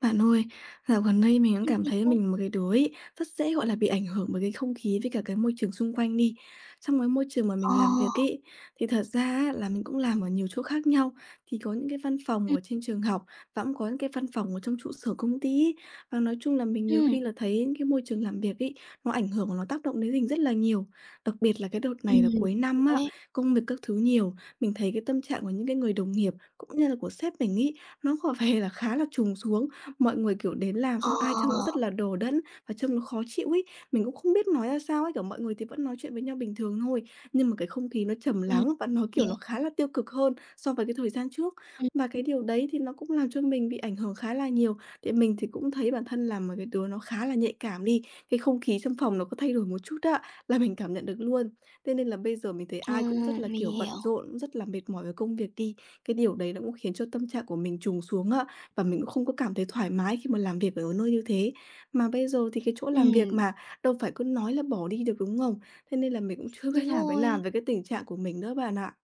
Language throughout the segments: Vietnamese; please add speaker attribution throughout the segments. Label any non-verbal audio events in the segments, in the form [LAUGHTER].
Speaker 1: Bạn ơi, dạo gần đây mình cũng cảm thấy
Speaker 2: Đấy.
Speaker 1: mình một cái đứa ấy, rất dễ, gọi là, bị ảnh hưởng bởi cái không khí với cả cái môi trường xung quanh đi. Trong cái môi trường mà
Speaker 2: Ờ.
Speaker 1: mình làm việc ấy, thì thật ra á là mình cũng làm ở nhiều chỗ khác nhau, thì có những cái văn phòng
Speaker 2: Ừm,
Speaker 1: ở trên trường học và cũng có những cái văn phòng ở trong trụ sở công ty ấy. Và nói chung là mình nhiều khi là thấy những cái môi trường làm việc ấy, nó ảnh hưởng và nó tác động đến mình rất là nhiều. Đặc biệt là cái đợt này
Speaker 2: ừm,
Speaker 1: là
Speaker 2: ừm,
Speaker 1: cuối năm á,
Speaker 2: đấy.
Speaker 1: công việc các thứ nhiều, mình thấy cái tâm trạng của những cái người đồng nghiệp cũng như là của sếp mình ấy, nó có vẻ là khá là trùng xuống. Mọi người, kiểu, đến làm
Speaker 2: Ờ,
Speaker 1: xong ai trông cũng rất là đờ đẫn và trông nó khó chịu ấy. Mình cũng không biết nói ra sao ấy, kiểu, mọi người thì vẫn nói chuyện với nhau bình thường thôi, nhưng mà cái không khí nó trầm
Speaker 2: ừm,
Speaker 1: lắng và nó, kiểu,
Speaker 2: hiểu,
Speaker 1: nó khá là tiêu cực hơn so với cái thời gian trước.
Speaker 2: ừm,
Speaker 1: Và cái điều đấy thì nó cũng làm cho mình bị ảnh hưởng khá là nhiều. Thì mình thì cũng thấy bản thân là một cái đứa nó khá là nhạy cảm đi, cái không khí trong phòng nó có thay đổi một chút á, là mình cảm nhận được luôn. Thế nên là bây giờ mình thấy
Speaker 2: ờ,
Speaker 1: ai cũng rất là,
Speaker 2: mình
Speaker 1: kiểu, bận
Speaker 2: hiểu.
Speaker 1: rộn, rất là mệt mỏi với công việc đi. Cái điều đấy nó cũng khiến cho tâm trạng của mình trùng xuống ạ. Và mình cũng không có cảm thấy thoải mái khi mà làm việc ở nơi như thế. Mà bây giờ thì cái chỗ làm việc
Speaker 2: Ừm,
Speaker 1: mà, đâu phải cứ nói là bỏ đi được, đúng không? Thế nên là mình cũng chưa biết [LAUGHS]
Speaker 2: đúng
Speaker 1: làm thế nào
Speaker 2: rồi.
Speaker 1: về cái tình trạng của mình nữa bạn ạ.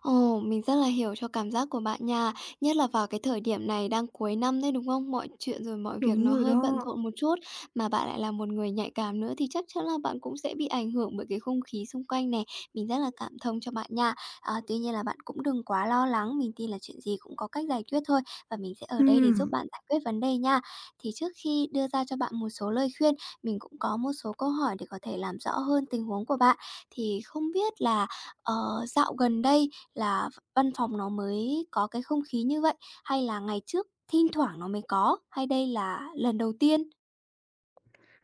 Speaker 2: Ồ, mình rất là hiểu cho cảm giác của bạn nha, nhất là vào cái thời điểm này đang cuối năm đấy, đúng không? Mọi chuyện rồi mọi việc
Speaker 1: Đúng
Speaker 2: nó
Speaker 1: rồi
Speaker 2: hơi bận
Speaker 1: đó.
Speaker 2: rộn một chút, mà bạn lại là một người nhạy cảm nữa thì chắc chắn là bạn cũng sẽ bị ảnh hưởng bởi cái không khí xung quanh này. Mình rất là cảm thông cho bạn nha. À, tuy nhiên là bạn cũng đừng quá lo lắng, mình tin là chuyện gì cũng có cách giải quyết thôi và mình sẽ ở đây để giúp
Speaker 1: Ừ.
Speaker 2: bạn giải quyết vấn đề nha. Thì trước khi đưa ra cho bạn một số lời khuyên, mình cũng có một số câu hỏi để có thể làm rõ hơn tình huống của bạn. Thì không biết là, dạo gần đây là văn phòng nó mới có cái không khí như vậy, hay là ngày trước thinh thoảng nó mới có, hay đây là lần đầu tiên?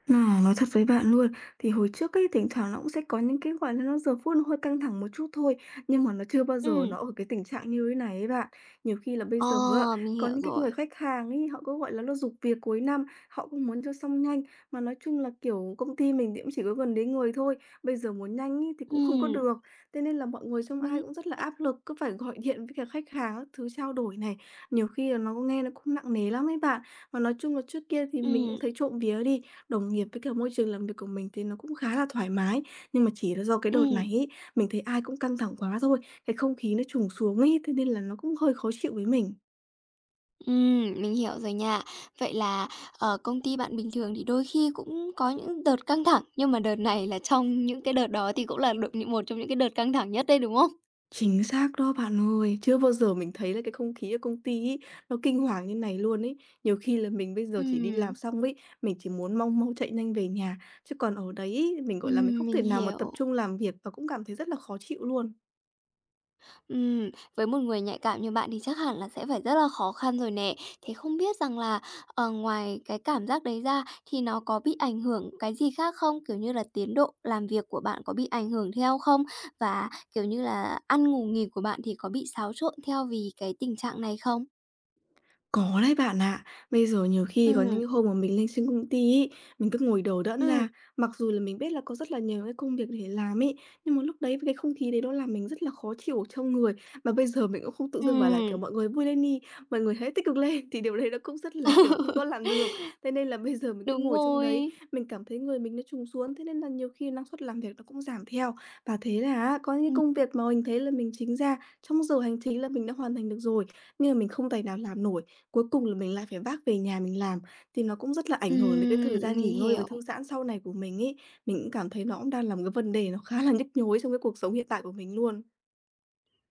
Speaker 1: À, nói thật với bạn luôn, thì hồi trước ấy, thỉnh thoảng nó cũng sẽ có những cái, gọi là, nó giờ phút nó hơi căng thẳng một chút thôi, nhưng mà nó chưa bao giờ
Speaker 2: Ừm,
Speaker 1: nó ở cái tình trạng như thế này ấy bạn. Nhiều khi là bây
Speaker 2: ờ,
Speaker 1: giờ á,
Speaker 2: mình
Speaker 1: có
Speaker 2: hiểu
Speaker 1: những cái
Speaker 2: rồi.
Speaker 1: người khách hàng ấy, họ cứ, gọi là, nó giục việc cuối năm, họ cũng muốn cho xong nhanh, mà nói chung là, kiểu, công ty mình thì cũng chỉ có gần đấy người thôi, bây giờ muốn nhanh ấy thì cũng không có
Speaker 2: Ừm,
Speaker 1: được. Thế nên là mọi người trong ai
Speaker 2: đúng,
Speaker 1: cũng rất là áp lực, cứ phải gọi điện với cả khách hàng các thứ trao đổi này, nhiều khi là nó nghe nó cũng nặng nề lắm ấy bạn. Mà nói chung là trước kia thì mình cũng
Speaker 2: ừm,
Speaker 1: thấy trộm vía đi, đồng nghiệp với cả môi trường làm việc của mình thì nó cũng khá là thoải mái, nhưng mà chỉ là do cái đợt
Speaker 2: ừm,
Speaker 1: này ấy, mình thấy ai cũng căng thẳng quá thôi, cái không khí nó trùng xuống ấy, thế nên là nó cũng hơi khó chịu với mình.
Speaker 2: mình hiểu rồi nha. Vậy là ở công ty bạn bình thường thì đôi khi cũng có những đợt căng thẳng, nhưng mà đợt này là trong những cái đợt đó thì cũng là được những một trong những cái đợt căng thẳng nhất đấy, đúng không?
Speaker 1: Chính xác đó bạn ơi, chưa bao giờ mình thấy là cái không khí ở công ty ấy, nó kinh hoàng như này luôn ấy. Nhiều khi là mình bây giờ chỉ đi làm
Speaker 2: Ừm,
Speaker 1: xong ấy, mình chỉ muốn mau mau chạy nhanh về nhà, chứ còn ở đấy ấy, mình, gọi là, mình không
Speaker 2: mình
Speaker 1: thể nào mà tập
Speaker 2: hiểu.
Speaker 1: trung làm việc và cũng cảm thấy rất là khó chịu luôn.
Speaker 2: Ừm, với một người nhạy cảm như bạn thì chắc hẳn là sẽ phải rất là khó khăn rồi nè. Thế không biết rằng là, ngoài cái cảm giác đấy ra thì nó có bị ảnh hưởng cái gì khác không? Kiểu như là tiến độ làm việc của bạn có bị ảnh hưởng theo không? Và, kiểu như là, ăn ngủ nghỉ của bạn thì có bị xáo trộn theo vì cái tình trạng này không?
Speaker 1: Có đấy bạn ạ. Bây giờ nhiều khi có những
Speaker 2: Ừm,
Speaker 1: cái hôm mà mình lên trên công ty ấy, mình cứ ngồi đờ đẫn ra.
Speaker 2: ừm,
Speaker 1: Mặc dù là mình biết là có rất là nhiều cái công việc để làm ấy, nhưng mà lúc đấy cái không khí đấy nó làm mình rất là khó chịu ở trong người. Mà bây giờ mình cũng không tự dưng bảo là,
Speaker 2: ừm,
Speaker 1: kiểu, mọi người vui lên đi, mọi người hãy tích cực lên, [LAUGHS] thì điều đấy nó cũng rất là, kiểu, không có làm được. Thế nên là bây giờ mình cứ
Speaker 2: đúng
Speaker 1: ngồi trong đấy,
Speaker 2: rồi.
Speaker 1: mình cảm thấy người mình nó trùng xuống, thế nên là nhiều khi năng suất làm việc nó cũng giảm theo. Và thế là á, có những cái
Speaker 2: Ừm,
Speaker 1: công việc mà mình thấy là mình chính ra trong giờ hành chính là mình đã hoàn thành được rồi, nhưng mà mình không tài nào làm nổi, cuối cùng là mình lại phải vác về nhà mình làm, thì nó cũng rất là ảnh hưởng đến cái thời gian nghỉ
Speaker 2: mình
Speaker 1: ngơi và
Speaker 2: hiểu.
Speaker 1: thư giãn sau này của mình ấy. Mình cũng cảm thấy nó cũng đang là một cái vấn đề nó khá là nhức nhối trong cái cuộc sống hiện tại của mình luôn.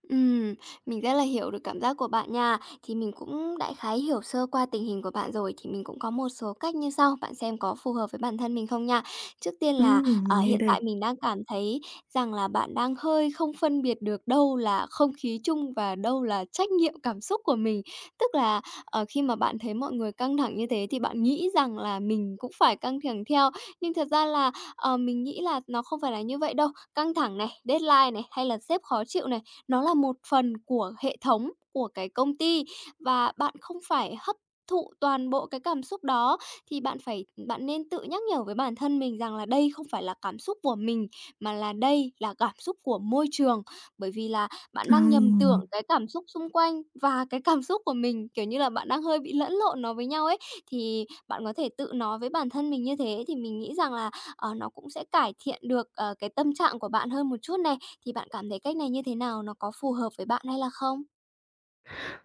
Speaker 2: Ừm, mình rất là hiểu được cảm giác của bạn nha. Thì mình cũng đại khái hiểu sơ qua tình hình của bạn rồi, thì mình cũng có một số cách như sau, bạn xem có phù hợp với bản thân mình không nha. Trước tiên là,
Speaker 1: Mình nghe
Speaker 2: hiện tại
Speaker 1: đây.
Speaker 2: mình đang cảm thấy rằng là bạn đang hơi không phân biệt được đâu là không khí chung và đâu là trách nhiệm cảm xúc của mình. Tức là, khi mà bạn thấy mọi người căng thẳng như thế thì bạn nghĩ rằng là mình cũng phải căng thẳng theo, nhưng thật ra là, mình nghĩ là nó không phải là như vậy đâu. Căng thẳng này, deadline này, hay là sếp khó chịu này, nó là một phần của hệ thống của cái công ty và bạn không phải hấp thụ toàn bộ cái cảm xúc đó thì bạn nên tự nhắc nhở với bản thân mình rằng là đây không phải là cảm xúc của mình mà là đây là cảm xúc của môi trường. Bởi vì là bạn
Speaker 1: Ờ.
Speaker 2: đang nhầm tưởng cái cảm xúc xung quanh và cái cảm xúc của mình, kiểu như là, bạn đang hơi bị lẫn lộn nó với nhau ấy, thì bạn có thể tự nói với bản thân mình như thế thì mình nghĩ rằng là nó cũng sẽ cải thiện được, cái tâm trạng của bạn hơn một chút này. Thì bạn cảm thấy cách này như thế nào? Nó có phù hợp với bạn hay là không?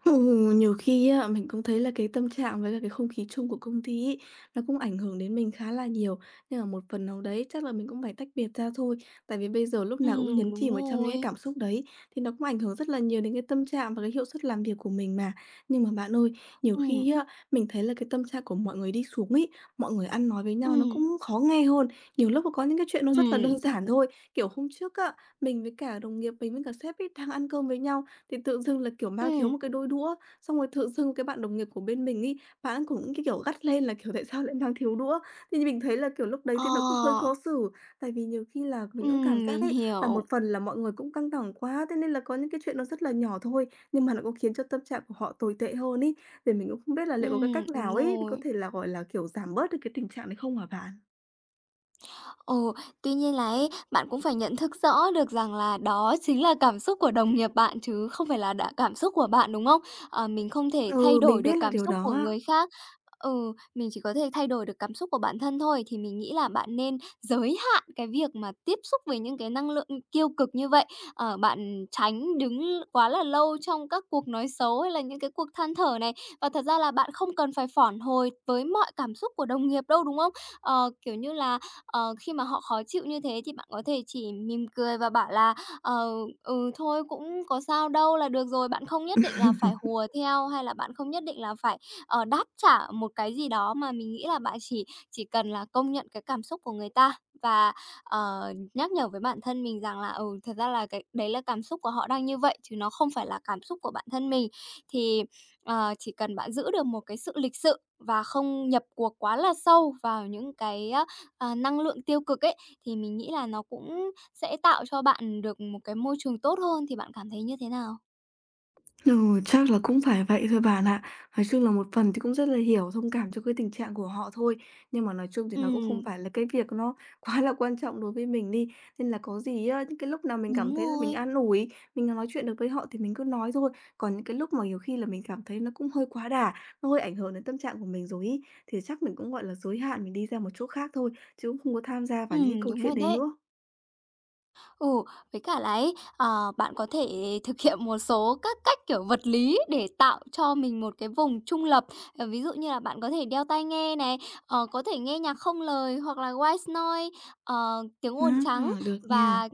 Speaker 1: Ừ, nhiều khi á, mình cũng thấy là cái tâm trạng với cả cái không khí chung của công ty ấy, nó cũng ảnh hưởng đến mình khá là nhiều. Nhưng mà một phần nào đấy chắc là mình cũng phải tách biệt ra thôi. Tại vì bây giờ lúc nào cũng nhấn
Speaker 2: Đúng
Speaker 1: chìm ở trong những cái
Speaker 2: rồi.
Speaker 1: cảm xúc đấy thì nó cũng ảnh hưởng rất là nhiều đến cái tâm trạng và cái hiệu suất làm việc của mình mà. Nhưng mà bạn ơi, nhiều
Speaker 2: Ừm,
Speaker 1: khi á, mình thấy là cái tâm trạng của mọi người đi xuống ý mọi người ăn nói với nhau nó
Speaker 2: ừm,
Speaker 1: cũng khó nghe hơn. Nhiều lúc có những cái chuyện nó rất là đơn
Speaker 2: ừm,
Speaker 1: giản thôi. Kiểu hôm trước á, mình với cả đồng nghiệp mình với cả sếp ấy đang ăn cơm với nhau thì tự dưng là, kiểu, mang thiếu
Speaker 2: ừm.
Speaker 1: một cái đôi đũa, xong rồi tự dưng cái bạn đồng nghiệp của bên mình ấy, bạn ấy cũng, cái kiểu, gắt lên là, kiểu, tại sao lại mang thiếu đũa. Thì mình thấy là, kiểu, lúc đấy thì nó cũng hơi
Speaker 2: Ờ,
Speaker 1: khó xử, tại vì nhiều khi là mình cũng cảm giác
Speaker 2: mình
Speaker 1: ấy, là một
Speaker 2: hiểu.
Speaker 1: phần là mọi người cũng căng thẳng quá, thế nên là có những cái chuyện nó rất là nhỏ thôi, nhưng mà nó cũng khiến cho tâm trạng của họ tồi tệ hơn ấy. Thì mình cũng không biết là liệu có cái cách
Speaker 2: Đúng
Speaker 1: nào ấy, để có
Speaker 2: rồi.
Speaker 1: thể là, gọi là, kiểu, giảm bớt được cái tình trạng đấy không hả bạn?
Speaker 2: Ồ, tuy nhiên là ấy, bạn cũng phải nhận thức rõ được rằng là đó chính là cảm xúc của đồng nghiệp bạn chứ không phải là đã cảm xúc của bạn, đúng không? Ờ, mình không thể thay
Speaker 1: Ừ, mình
Speaker 2: đổi
Speaker 1: biết
Speaker 2: được
Speaker 1: là
Speaker 2: cảm
Speaker 1: điều
Speaker 2: xúc
Speaker 1: đó
Speaker 2: của
Speaker 1: á.
Speaker 2: người khác. Ừ, mình chỉ có thể thay đổi được cảm xúc của bản thân thôi, thì mình nghĩ là bạn nên giới hạn cái việc mà tiếp xúc với những cái năng lượng tiêu cực như vậy. Ờ, bạn tránh đứng quá là lâu trong các cuộc nói xấu hay là những cái cuộc than thở này. Và thật ra là bạn không cần phải phản hồi với mọi cảm xúc của đồng nghiệp đâu, đúng không? Ờ, kiểu như là Ờ, khi mà họ khó chịu như thế thì bạn có thể chỉ mỉm cười và bảo là "Ờ, ừ, thôi cũng có sao đâu" là được rồi. Bạn không nhất định là phải
Speaker 1: [LAUGHS]
Speaker 2: hùa theo hay là bạn không nhất định là phải, đáp trả một cái gì đó, mà mình nghĩ là bạn chỉ cần là công nhận cái cảm xúc của người ta và, nhắc nhở với bản thân mình rằng là, ừ, thật ra là cái đấy là cảm xúc của họ đang như vậy, chứ nó không phải là cảm xúc của bản thân mình. Thì, chỉ cần bạn giữ được một cái sự lịch sự và không nhập cuộc quá là sâu vào những cái năng lượng tiêu cực ấy, thì mình nghĩ là nó cũng sẽ tạo cho bạn được một cái môi trường tốt hơn, thì bạn cảm thấy như thế nào?
Speaker 1: Ừ, chắc là cũng phải vậy thôi bạn ạ. Nói chung là một phần thì cũng rất là hiểu, thông cảm cho cái tình trạng của họ thôi. Nhưng mà nói chung thì nó cũng không
Speaker 2: Ừm,
Speaker 1: phải là cái việc nó [LAUGHS] quá là quan trọng đối với mình đi. Nên là có gì á, những cái lúc nào mình cảm
Speaker 2: đúng
Speaker 1: thấy là mình
Speaker 2: rồi.
Speaker 1: an ủi, mình nói chuyện được với họ thì mình cứ nói thôi. Còn những cái lúc mà nhiều khi là mình cảm thấy nó cũng hơi quá đà, nó hơi ảnh hưởng đến tâm trạng của mình rồi ý, thì chắc mình cũng gọi là giới hạn mình đi ra một chỗ khác thôi, chứ cũng không có tham gia vào những cái câu
Speaker 2: Đúng
Speaker 1: chuyện
Speaker 2: rồi
Speaker 1: đấy
Speaker 2: đấy.
Speaker 1: nữa.
Speaker 2: Ừ, với cả là ấy, bạn có thể thực hiện một số các cách, kiểu, vật lý để tạo cho mình một cái vùng trung lập. Ờ, ví dụ như là bạn có thể đeo tai nghe này, có thể nghe nhạc không lời hoặc là white noise, tiếng ồn trắng
Speaker 1: À, được nha.
Speaker 2: và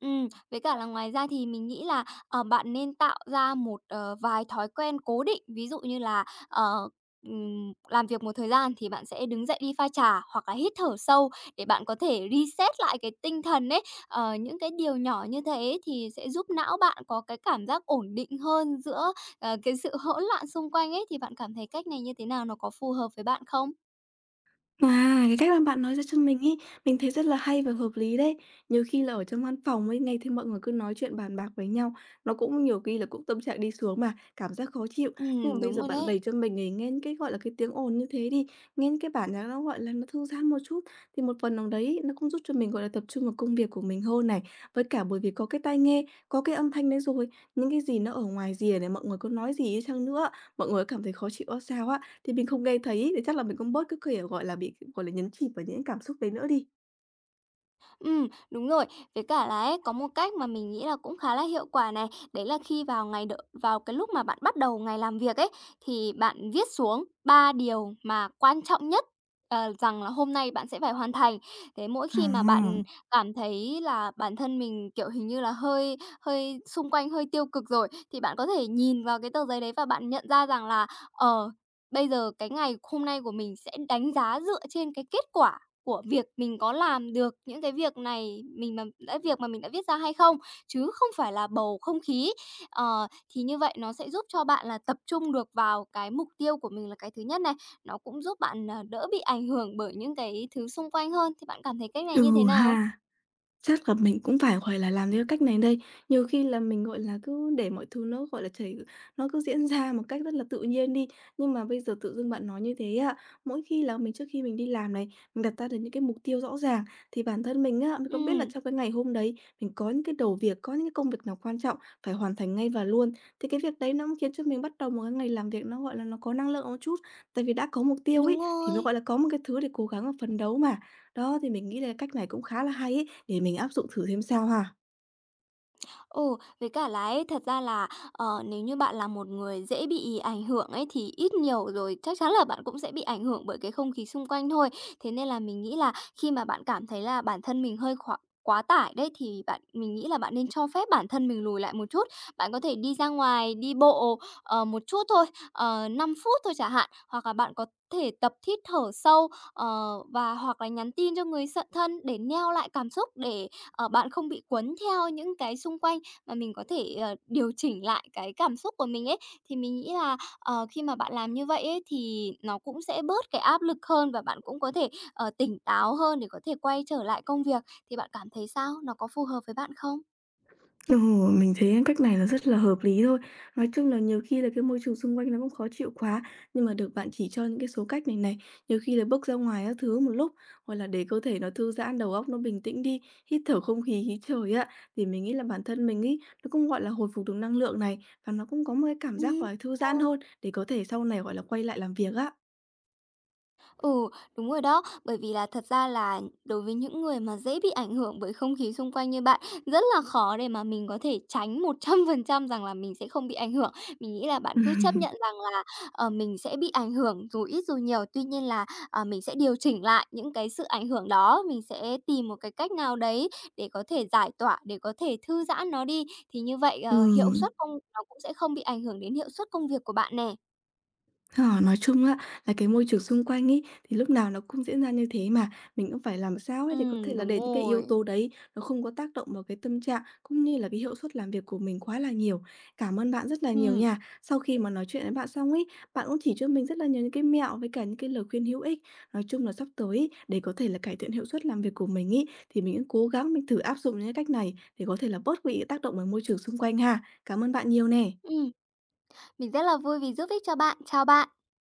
Speaker 2: với cả là ngoài ra thì mình nghĩ là, bạn nên tạo ra một, vài thói quen cố định. Ví dụ như là, làm việc một thời gian thì bạn sẽ đứng dậy đi pha trà hoặc là hít thở sâu để bạn có thể reset lại cái tinh thần ấy. Ờ, những cái điều nhỏ như thế thì sẽ giúp não bạn có cái cảm giác ổn định hơn giữa, cái sự hỗn loạn xung quanh ấy, thì bạn cảm thấy cách này như thế nào? Nó có phù hợp với bạn không?
Speaker 1: À, cái cách mà bạn nói ra cho mình ấy, mình thấy rất là hay và hợp lý đấy. Nhiều khi là ở trong văn phòng ấy, nghe thấy mọi người cứ nói chuyện bàn bạc với nhau, nó cũng nhiều khi là cũng tâm trạng đi xuống mà, cảm giác khó chịu. Nhưng mà bây
Speaker 2: Đúng
Speaker 1: giờ
Speaker 2: rồi
Speaker 1: bạn bày
Speaker 2: đấy.
Speaker 1: cho mình ấy, nghe những cái, gọi là, cái tiếng ồn như thế đi, nghe những cái bản nhạc nó, gọi là, nó thư giãn một chút, thì một phần nào đấy ấy, nó cũng giúp cho mình, gọi là, tập trung vào công việc của mình hơn này. Với cả bởi vì có cái tai nghe, có cái âm thanh đấy rồi, những cái gì nó ở ngoài rìa này, mọi người có nói gì đi chăng nữa, mọi người cảm thấy khó chịu ra sao á, thì mình không nghe thấy, thì chắc là mình cũng bớt cái, kiểu, gọi là, bị, gọi là, nhấn chìm vào những cái cảm xúc đấy nữa đi.
Speaker 2: Đúng rồi. Với cả là ấy, có một cách mà mình nghĩ là cũng khá là hiệu quả này, đấy là khi vào ngày đ vào cái lúc mà bạn bắt đầu ngày làm việc ấy, thì bạn viết xuống 3 điều mà quan trọng nhất, rằng là hôm nay bạn sẽ phải hoàn thành. Thế mỗi
Speaker 1: Ờ,
Speaker 2: khi mà bạn cảm thấy là bản thân mình, kiểu, hình như là hơi hơi xung quanh hơi tiêu cực rồi, thì bạn có thể nhìn vào cái tờ giấy đấy và bạn nhận ra rằng là, bây giờ cái ngày hôm nay của mình sẽ đánh giá dựa trên cái kết quả của việc mình có làm được những cái việc này, mình mà đã việc mà mình đã viết ra hay không, chứ không phải là bầu không khí. Ờ, thì như vậy nó sẽ giúp cho bạn là tập trung được vào cái mục tiêu của mình là cái thứ nhất này, nó cũng giúp bạn, đỡ bị ảnh hưởng bởi những cái thứ xung quanh hơn. Thì bạn cảm thấy cách này như thế
Speaker 1: ừ
Speaker 2: nào?
Speaker 1: ha. Chắc là mình cũng phải, gọi là, làm theo cách này đây. Nhiều khi là mình, gọi là, cứ để mọi thứ nó, gọi là, chảy nó cứ diễn ra một cách rất là tự nhiên đi. Nhưng mà bây giờ tự dưng bạn nói như thế á, mỗi khi là mình trước khi mình đi làm này, mình đặt ra được những cái mục tiêu rõ ràng, thì bản thân mình á, mình không biết là
Speaker 2: Ừ,
Speaker 1: trong cái ngày hôm đấy mình có những cái đầu việc, có những cái công việc nào quan trọng phải hoàn thành ngay và luôn. Thì cái việc đấy nó cũng khiến cho mình bắt đầu một cái ngày làm việc nó, gọi là, nó có năng lượng một chút. Tại vì đã có mục tiêu
Speaker 2: đúng
Speaker 1: ấy, thì mới,
Speaker 2: rồi.
Speaker 1: gọi là, có một cái thứ để cố gắng và phấn đấu mà. Đó, thì mình nghĩ là cách này cũng khá là hay ấy, để mình áp dụng thử xem sao ha.
Speaker 2: Ừ, với cả là ấy, thật ra là, nếu như bạn là một người dễ bị ảnh hưởng ấy, thì ít nhiều rồi chắc chắn là bạn cũng sẽ bị ảnh hưởng bởi cái không khí xung quanh thôi. Thế nên là mình nghĩ là khi mà bạn cảm thấy là bản thân mình hơi quá tải đấy, thì mình nghĩ là bạn nên cho phép bản thân mình lùi lại một chút. Bạn có thể đi ra ngoài đi bộ, một chút thôi, 5 phút thôi chẳng hạn, hoặc là bạn có thể tập hít thở sâu, và hoặc là nhắn tin cho người thân để neo lại cảm xúc để, bạn không bị cuốn theo những cái xung quanh. Mà mình có thể, điều chỉnh lại cái cảm xúc của mình ấy, thì mình nghĩ là, khi mà bạn làm như vậy ấy thì nó cũng sẽ bớt cái áp lực hơn và bạn cũng có thể, tỉnh táo hơn để có thể quay trở lại công việc. Thì bạn cảm thấy sao? Nó có phù hợp với bạn không?
Speaker 1: Ừ, mình thấy cách này nó rất là hợp lý thôi. Nói chung là nhiều khi là cái môi trường xung quanh nó cũng khó chịu quá, nhưng mà được bạn chỉ cho những cái số cách này này, nhiều khi là bước ra ngoài các thứ một lúc, hoặc là để cơ thể nó thư giãn, đầu óc nó bình tĩnh đi, hít thở không khí, khí trời á, thì mình nghĩ là bản thân mình ấy, nó cũng gọi là hồi phục được năng lượng này, và nó cũng có một cái cảm giác
Speaker 2: Ừm.
Speaker 1: gọi là thư giãn hơn, để có thể sau này gọi là quay lại làm việc á.
Speaker 2: Ừ, đúng rồi đó. Bởi vì là thật ra là đối với những người mà dễ bị ảnh hưởng bởi không khí xung quanh như bạn, rất là khó để mà mình có thể tránh 100% rằng là mình sẽ không bị ảnh hưởng. Mình nghĩ là bạn cứ chấp
Speaker 1: [LAUGHS]
Speaker 2: nhận rằng là, mình sẽ bị ảnh hưởng dù ít dù nhiều, tuy nhiên là, mình sẽ điều chỉnh lại những cái sự ảnh hưởng đó, mình sẽ tìm một cái cách nào đấy để có thể giải tỏa, để có thể thư giãn nó đi. Thì như vậy, hiệu
Speaker 1: Ừ.
Speaker 2: suất công nó cũng sẽ không bị ảnh hưởng đến hiệu suất công việc của bạn nè.
Speaker 1: Ờ, nói chung á là cái môi trường xung quanh ấy thì lúc nào nó cũng diễn ra như thế mà, mình cũng phải làm sao
Speaker 2: Ừ,
Speaker 1: ấy để có thể là
Speaker 2: đúng
Speaker 1: để những cái yếu
Speaker 2: rồi.
Speaker 1: tố đấy nó không có tác động vào cái tâm trạng cũng như là cái hiệu suất làm việc của mình quá là nhiều. Cảm ơn bạn rất là nhiều
Speaker 2: Ừ.
Speaker 1: nha. Sau khi mà nói chuyện với bạn xong ấy, bạn cũng chỉ cho mình rất là nhiều những cái mẹo với cả những cái lời khuyên hữu ích. Nói chung là sắp tới ấy, để có thể là cải thiện hiệu suất làm việc của mình ấy thì mình cũng cố gắng mình thử áp dụng những cái cách này để có thể là bớt bị tác động bởi môi trường xung quanh ha. Cảm ơn bạn nhiều nè.
Speaker 2: Ừm. Mình rất là vui vì giúp ích cho bạn. Chào bạn.